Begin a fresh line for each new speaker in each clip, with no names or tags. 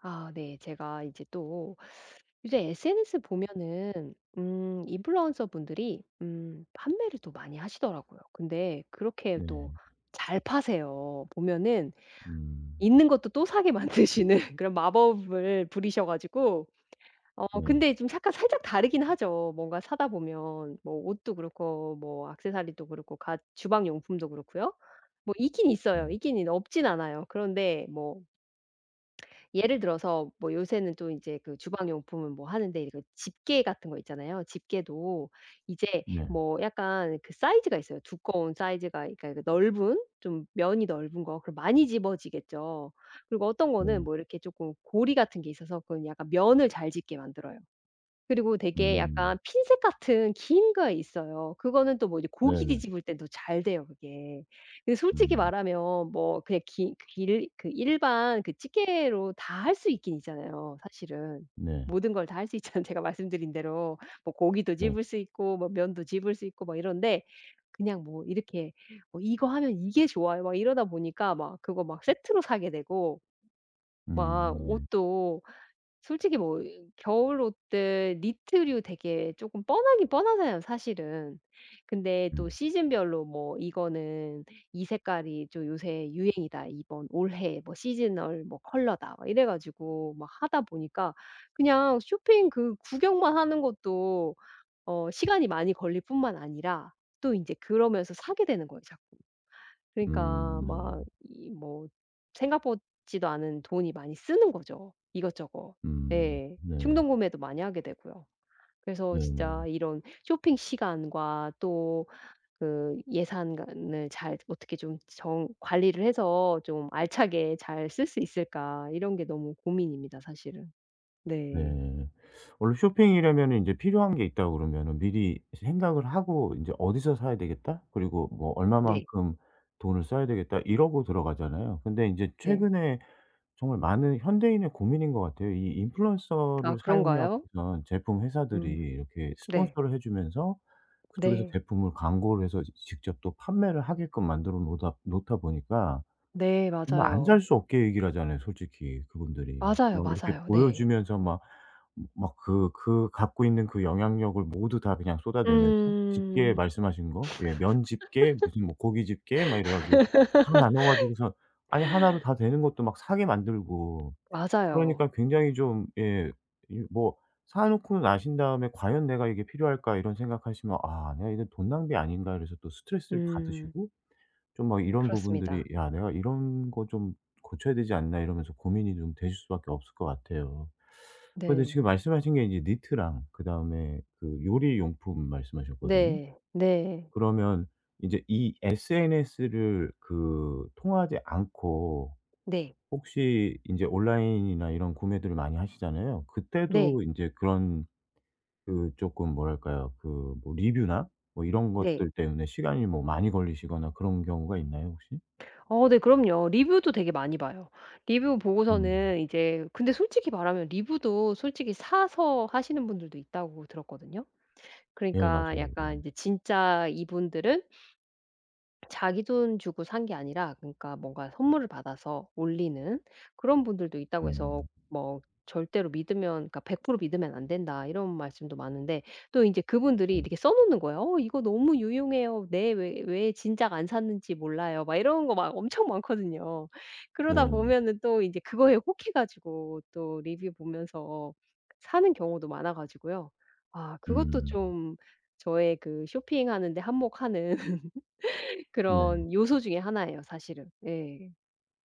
아 네. 제가 이제 또 요새 SNS 보면은 인플루언서 분들이 판매를 또 많이 하시더라고요. 근데 그렇게
네.
또 잘 파세요. 보면은
음.
있는 것도 또 사게 만드시는 그런 마법을 부리셔 가지고
네.
근데 좀 약간 살짝 다르긴 하죠. 뭔가 사다 보면 뭐 옷도 그렇고 뭐 액세서리도 그렇고 가 주방 용품도 그렇고요. 뭐 있긴
네.
있어요. 있긴 없진 않아요. 그런데 뭐 예를 들어서 뭐 요새는 또 이제 그 주방 용품은 뭐 하는데 이거 집게 같은 거 있잖아요. 집게도 이제
네.
뭐 약간 그 사이즈가 있어요. 두꺼운 사이즈가 그러니까 그 넓은 좀 면이 넓은 거 그럼 많이 집어지겠죠. 그리고 어떤 거는
네.
뭐 이렇게 조금 고리 같은 게 있어서 그건 약간 면을 잘 집게 만들어요. 그리고 되게
음.
약간 핀셋 같은 긴 거 있어요. 그거는 또 뭐 이제 고기
네네.
뒤집을 땐 더 잘 돼요 그게. 근데 솔직히
음.
말하면 뭐 그냥 기 길 그 일반 그 찌개로 다 할 수 있긴 있잖아요 사실은.
네.
모든 걸 다 할 수 있잖아요 제가 말씀드린 대로. 뭐 고기도
네.
집을 수 있고 뭐 면도 집을 수 있고 막 이런데 그냥 뭐 이렇게 뭐 '이거 하면 이게 좋아요.' 막 이러다 보니까 막 그거 막 세트로 사게 되고 막
음. 네.
옷도 솔직히 뭐 겨울 옷들 니트류 되게 쪼끔 뻔하긴 뻔하잖아요 사실은. 근데
네.
또 시즌별로 뭐 이거는 "이 색깔이 좀 요새 유행이다. 이번 올해 뭐 시즈널 뭐 컬러다." 막 이래 가지고 막 하다 보니까 그냥 쇼핑 그 구경만 하는 것도 시간이 많이 걸릴 뿐만 아니라 또 인제 그러면서 사게 되는 거예요 자꾸. 그러니까
음. 네.
막 이 뭐 생각 보지도 않은 돈이 많이 쓰는 거죠, 이것저것.
음.
예.
네.
충동 구매도 많이 하게 되고요. 그래서 진짜
네네.
이런 쇼핑 시간과 또 그 예산을 잘 어떻게 좀 정 관리를 해서 좀 알차게 잘 쓸 수 있을까 이런 게 너무 고민입니다, 사실은. 네.
네. 원래 쇼핑이라면은 인제 필요한 게 있다고 그러면은 미리 생각을 하고 인제 '어디서 사야 되겠다. 그리고 뭐
네.
얼마만큼 돈을 써야 되겠다.' 이러고 들어가잖아요. 근데 인제
네.
최근에 정말 많은 현대인의 고민인 것 같아요. 이
아
인플루언서를 사용해
그런가요?
갖고선 제품 회사들이
음.
이렇게
네.
스폰서를 해 주면서 그쪽에서
네.
제품을 광고를 해서 지 직접 또 판매를 하게끔 만들어 놓다 보니까
네.
정말 안 살
맞아요.
수 없게 얘기를 하잖아요 솔직히 그분들이.
맞아요,
막 이렇게
맞아요. 네.
보여주면서 막 그 갖고 있는 그 영향력을 모두 다 그냥 쏟아내면서 집게
음.
말씀하신 거 예 면 집게 무슨 뭐 고기 집게 막 이래 가지고 다 나눠 가지고서 아니 하나로 다 되는 것도 막 사게 만들고 그러니까
맞아요.
굉장히 좀 예 이 뭐 사 놓고 나신 다음에 '과연 내가 이게 필요할까?' 이런 생각하시면 '아 내가 이건 돈 낭비 아닌가?' 이래서 또 스트레스를
음.
받으시고 좀 막 이런 부분들이
그렇습니다.
'야 내가 이런 거 좀 고쳐야 되지 않나?' 이러면서 고민이 좀 되실 수밖에 없을 것 같아요. 근데 지금
네.
말씀하신 게 이제 니트랑 그다음에 그 요리 용품 말씀하셨거든요.
네. 네.
그러면 인제 이 SNS를 그 통하지 않고
네.
혹시 이제 온라인이나 이런 구매들을 많이 하시잖아요.
네.
그때도 인제 그런 그 쪼끔 뭐랄까요? 그 뭐 리뷰나 뭐 이런
네.
것들 때문에 시간이 뭐 많이 걸리시거나 그런 경우가 있나요 혹시?
어 네 그럼요. 리뷰도 되게 많이 봐요. 리뷰
음.
보고서는 이제 근데 솔직히 말하면 리뷰도 솔직히 사서 하시는 분들도 있다고 들었거든요.
예
그러니까
맞아요. 네.
약간 이제 진짜 이분들은 자기 돈 주고 산 게 아니라 그러니까 뭔가 선물을 받아서 올리는 그런 분들도 있다고 해서
음.
뭐 절대로 믿으면 그러니까 "100% 믿으면 안 된다." 이런 말씀도 많은데 또 인제 그분들이
네.
이렇게 써 놓는 거예요. "어 이거 너무 유용해요. 네 왜 진작 안 샀는지 몰라요." 막 이런 거 막 엄청 많거든요.
네.
그러다 보면은 또 인제 그거에 혹해 가지고 또 리뷰 보면서 사는 경우도 많아 가지고요. 아 그것도
음.
좀 저의 그 쇼핑하는 데 한몫하는
네.
그런 요소 중에 하나예요 사실은. 예.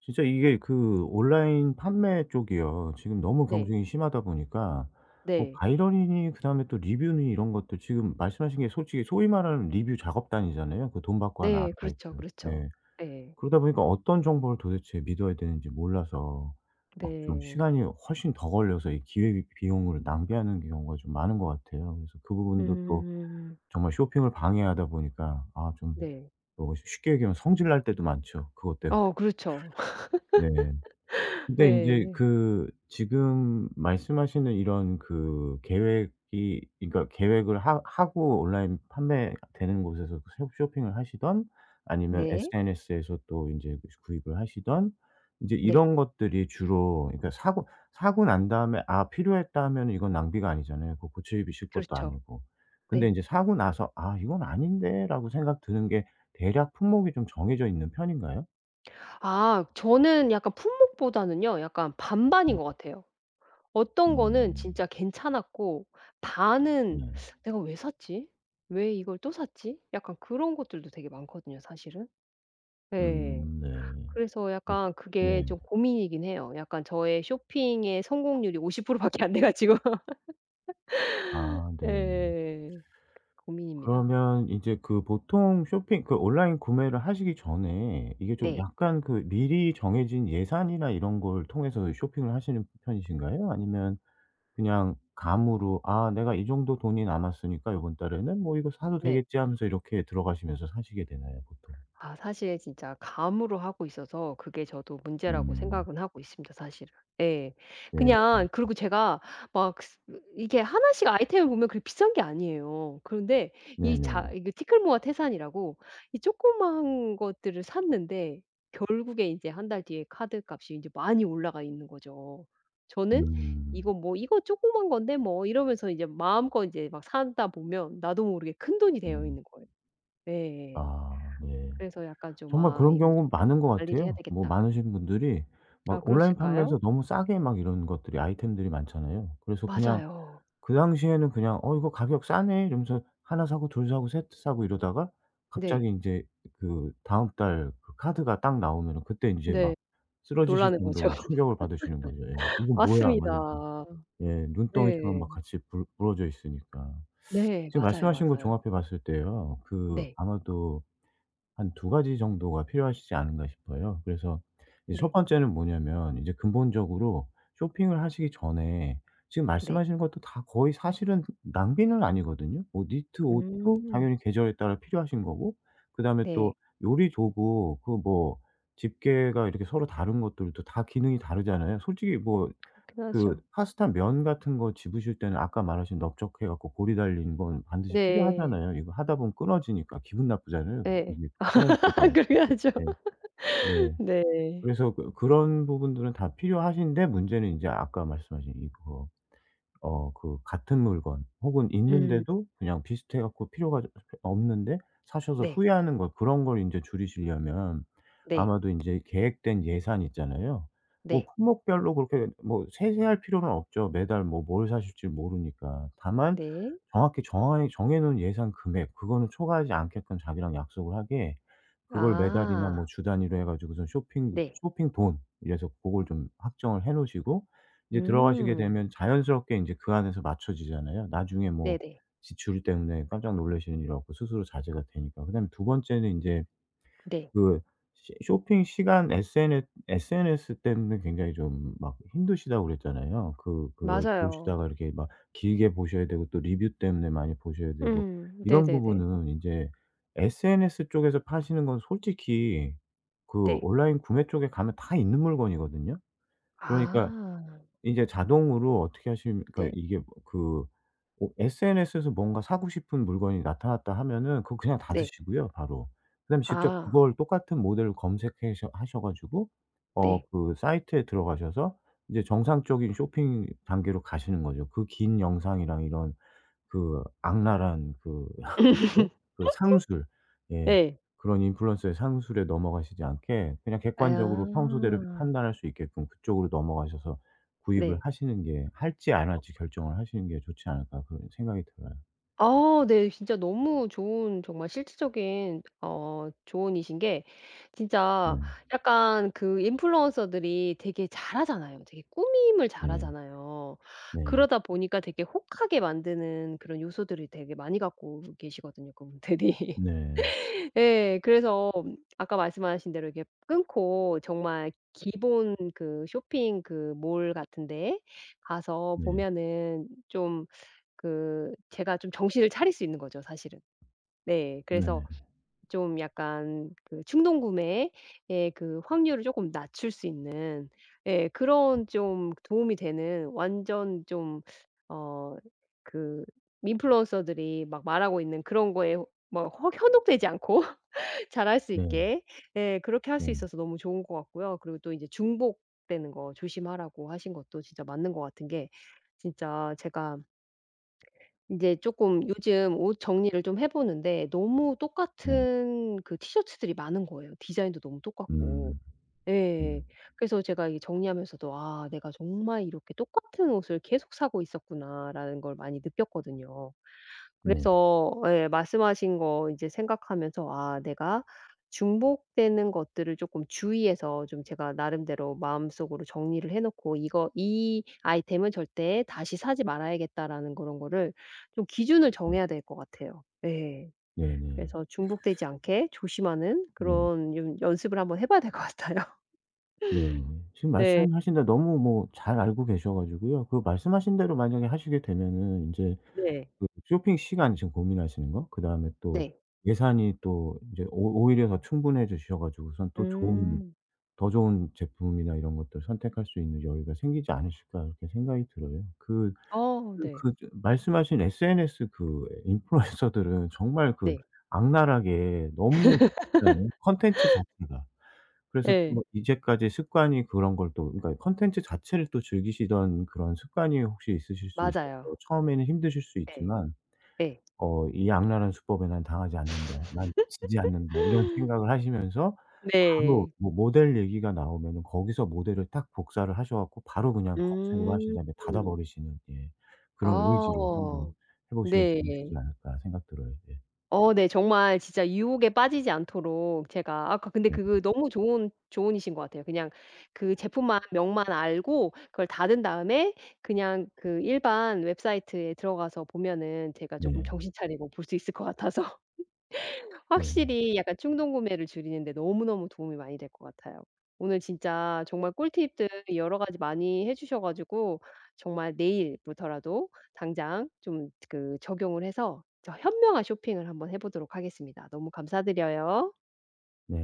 진짜 이게 그 온라인 판매 쪽이요. 지금 너무
네.
경쟁이 심하다 보니까 뭐
네.
바이럴이니 그다음에 또 리뷰니 이런 것들 지금 말씀하신 게 솔직히 소위 말하는 리뷰 작업단이잖아요 그 돈 받고 하는
네.
아르바이트.
그렇죠, 그렇죠.
예.
네,
그러다 보니까 어떤 정보를 도대체 믿어야 되는지 몰라서 막 좀
네.
시간이 훨씬 더 걸려서 이 기회 비용을 낭비하는 경우가 좀 많은 것 같아요. 그래서 그 부분도 또
음.
정말 쇼핑을 방해하다 보니까 아 좀
네.
뭐 쉽게 얘기하면 성질 날 때도 많죠, 그것 때문에.
어 그렇죠.
네. 근데 인제
네,
그 지금 말씀하시는 이런 그 계획이 그러니까 계획을 하 하고 온라인 판매되는 곳에서 그 쇼 쇼핑을 하시든 아니면
네.
SNS에서 또 인제 그 구입을 하시든 인제
네.
이런 것들이 주로 그러니까 사고 난 다음에 '아 필요했다.' 하면은 이건 낭비가 아니잖아요. 그 고쳐입으실 것도
그렇죠.
아니고. 근데
네.
인제 사고 나서 '아 이건 아닌데.'라고 생각 드는 게 대략 품목이 좀 정해져 있는 편인가요?
아 저는 약간 품목보다는요 약간
네.
반반인 것 같아요. 어떤 거는
음.
진짜 괜찮았고 반은
네.
'내가 왜 샀지? 왜 이걸 또 샀지?' 약간 그런 것들도 되게 많거든요 사실은. 네.
네.
그래서
네.
약간
네.
그게 좀 고민이긴 해요. 약간 저의 쇼핑의 성공률이 50% 밖에 안 돼 가지고
아 네.
예예예 고민입니다.
그러면 이제 그 보통 쇼핑 그 온라인 구매를 하시기 전에 이게 좀
네.
약간 그 미리 정해진 예산이나 이런 걸 통해서 쇼핑을 하시는 편이신가요? 아니면 그냥 감으로 '아 내가 이 정도 돈이 남았으니까 요번 달에는 뭐 이거 사도
네.
되겠지.' 하면서 이렇게 들어가시면서 사시게 되나요 보통?
아 사실 진짜 감으로 하고 있어서 그게 저도 문제라고
음.
생각은 하고 있습니다 사실은. 예.
네.
그냥 그리고 제가 막 스 이게 하나씩 아이템을 보면 그렇게 비싼 게 아니에요. 그런데 이 자
네네.
이게 티끌모아 태산이라고 이 조그만 것들을 샀는데 결국에 이제 1달 뒤에 카드값이 이제 많이 올라가 있는 거죠. 저는
음.
이거 뭐 '이거 조그만 건데 뭐.' 이러면서 이제 마음껏 이제 막 사다 보면 나도 모르게 큰돈이 되어
음.
있는 거예요. 네, 예
아 네.
그래서 약간 좀
정말
'아
그런
이거
경우
좀 관
많은 것
관리를 해야
같아요. 뭐
되겠다.'
많으신 분들이 막
아
온라인 판매에서
그러실까요?
너무 싸게 막 이런 것들이 아이템들이 많잖아요. 그래서 그냥
맞아요.
그 당시에는 그냥 '어 이거 가격 싸네.' 이러면서 하나 사고 둘 사고 세트 사고 이러다가 갑자기
네.
인제 그 다음 달 그 카드가 딱 나오면은 그때 인제 막
네.
쓰러지실
놀라는 거죠.
정도로 막 충격을 받으시는 거죠. 예. '이건 뭐야?' 막
맞습니다.
이러면서. 예. 눈덩이처럼
네.
막 같이 불 부러져 있으니까.
네.
지금
맞아요,
말씀하신 거
맞아요.
종합해 봤을 때요. 그
네.
아마도 한 두 가지 정도가 필요하시지 않은가 싶어요. 그래서 이 첫
네.
번째는 뭐냐면 이제 근본적으로 쇼핑을 하시기 전에 지금
네.
말씀하시는 것도 다 거의 사실은 낭비는 아니거든요. 뭐 니트 옷도
음.
당연히 계절에 따라 필요하신 거고 그다음에
네.
또 요리 도구 그 뭐 집게가 이렇게 서로 다른 것들도 다 기능이 다르잖아요. 솔직히 뭐
그렇긴
그
하죠.
파스타 면 같은 거 집으실 때는 아까 말하신 넓적해 갖고 고리 달린 건 반드시
네.
필요하잖아요. 이거 하다 보면 끊어지니까 기분 나쁘잖아요.
네
이게 끊어지게 되면
그렇긴
이게.
하죠.
예. 네.
네.
그래서 그 그런 부분들은 다 필요하신데 문제는 인제 아까 말씀하신 이거 어 그 같은 물건 혹은
음.
있는데도 그냥 비슷해 갖고 필요가 없는데 사셔서
네.
후회하는 것 그런 걸 인제 줄이시려면
네.
아마도 인제 계획된 예산 있잖아요. 뭐
네.
품목별로 그렇게 뭐 세세할 필요는 없죠. 매달 뭐 뭘 사실지 모르니까. 다만
네.
정확히 정하 정해 놓은 예산 금액 그거는 초과하지 않게끔 자기랑 약속을 하게 그걸 매달이나
아.
뭐 주 단위로 해 가지고선 쇼핑,
네.
쇼핑 돈 이래서 고걸 좀 확정을 해 놓으시고 이제 들어가시게
음.
되면 자연스럽게 인제 그 안에서 맞춰지잖아요. 나중에 뭐
네네.
지출 때문에 깜짝 놀라시는 일 없고 스스로 자제가 되니까. 그다음에 두 번째는 인제
네.
그 시 쇼핑 시간 SNS 때문에 굉장히 좀 막 힘드시다고 그랬잖아요. 그 그걸
맞아요.
보시다가 이렇게 막 길게 보셔야 되고 또 리뷰 때문에 많이 보셔야 되고
음.
이런
네네네.
부분은 인제 SNS 쪽에서 파시는 건 솔직히 그
네.
온라인 구매 쪽에 가면 다 있는 물건이거든요. 그러니까
아
이제 자동으로 어떻게 하시면 그러니까
네.
이게 뭐 그 어 SNS에서 뭔가 사고 싶은 물건이 나타났다 하면은 그거 그냥 닫으
네.
시고요 바로. 그다음에 직접
아
그걸 똑같은 모델을 검색해셔 하셔 가지고 어
네.
그 사이트에 들어가셔서 이제 정상적인 쇼핑 단계로 가시는 거죠. 그 긴 영상이랑 이런 그 악랄한 그 네? 그 상술. 예.
네.
그런 인플루언서의 상술에 넘어가시지 않게 그냥
아
객관적으로 평소대로 판단할 수 있게끔 그쪽으로 넘어가셔서 구입을
네.
하시는 게 할지 안 할지 결정을 하시는 게 좋지 않을까 그런 생각이 들어요.
아 네. 진짜 너무 좋은 정말 실질적인 조언이신 게
네.
진짜 약간 그 인플루언서들이 되게 잘하잖아요. 되게 꾸밈을
네.
잘하잖아요.
네.
그러다 보니까 되게 혹하게 만드는 그런 요소들을 되게 많이 갖고 계시거든요, 그분들이.
네.
예. 그래서 아까 말씀하신 대로 이렇게 끊고 정말 기본 그 쇼핑 그 몰 같은 데에 가서
네.
보면은 좀 그 제가 좀 정신을 차릴 수 있는 거죠 사실은. 네.
네.
그래서 좀 약간 그 충동 구매의 그 확률을 쪼끔 낮출 수 있는 예 그런 좀 도움이 되는 완전 좀 어 그 인플루언서들이 막 말하고 있는 그런 거에 뭐 허 현혹되지 않고 잘할 수
네.
있게 예 그렇게 할 수
네.
있어서 너무 좋은 것 같고요. 그리고 또 이제 중복되는 거 조심하라고 하신 것도 진짜 맞는 것 같은 게 진짜 제가 이제 조금 요즘 옷 정리를 좀 해 보는데 너무
네.
똑같은 그 티셔츠들이 많은 거예요. 디자인도 너무 똑같고.
음.
예.
음.
그래서 제가 이 정리하면서도 '아 내가 정말 이렇게 똑같은 옷을 계속 사고 있었구나.'라는 걸 많이 느꼈거든요.
네.
그래서 예 말씀하신 거 이제 생각하면서 '아 내가 중복되는 것들을 조금 주의해서 좀 제가 나름대로 마음속으로 정리를 해 놓고 이거 이 아이템은 절대 다시 사지 말아야겠다.'라는 그런 거를 좀 기준을
네.
정해야 될 것 같아요. 예.
네네.
그래서 중복되지 않게 조심하는
네.
그런 연 연습을 한번 해 봐야 될 것 같아요.
네. 네. 지금
네.
말씀하신 대로 너무 뭐 잘 알고 계셔 가지고요. 그 말씀하신 대로 만약에 하시게 되면은 인제
네.
그 쇼핑 시간 지금 고민하시는 거 그다음에 또
네.
예산이 또 이제 오 오히려 더 충분해 주셔 가지고선 또 좋은
음.
더 좋은 제품이나 이런 것들을 선택할 수 있는 여유가 생기지 않으실까 이렇게 생각이 들어요. 그
어 네.
그 말씀하신 SNS 그 인플루언서들은 정말 그
네.
악랄하게 너무 재밌잖아요 콘텐츠 자체가. 그래서
네.
또 이제까지 습관이 그런 걸 또 그러니까 컨텐츠 자체를 또 즐기시던 그런 습관이 혹시 있으실 수 있어서
맞아요.
처음에는 힘드실 수
네.
있지만
네.
어 '이 악랄한 수법에 난 당하지 않는다. 난 지지 않는다.' 이런 생각을 하시면서 바로
네.
뭐 모델 얘기가 나오면은 거기서 모델을 딱 복사를 하셔 갖고 바로 그냥 검색으로 하신
음.
다음에 닫아 버리시는 예 그런 의지로 한번
아.
해 보시면
네.
좋으시지 않을까 생각 들어요. 예.
어 네. 정말 진짜 유혹에 빠지지 않도록 제가 아까 근데
네.
그거 너무 좋은 조언이신 것 같아요. 그냥 그 제품만 명만 알고 그걸 닫은 다음에 그냥 그 일반 웹사이트에 들어가서 보면은 제가 쪼끔
네.
정신 차리고 볼 수 있을 것 같아서.
네.
확실히 약간 충동 구매를 줄이는 데 너무너무 도움이 많이 될 것 같아요. 오늘 진짜 정말 꿀팁들 여러 가지 많이 해 주셔 가지고 정말 내일부터라도 당장 좀 그 적용을 해서 저 현명한 쇼핑을 한번 해 보도록 하겠습니다. 너무 감사드려요.
네.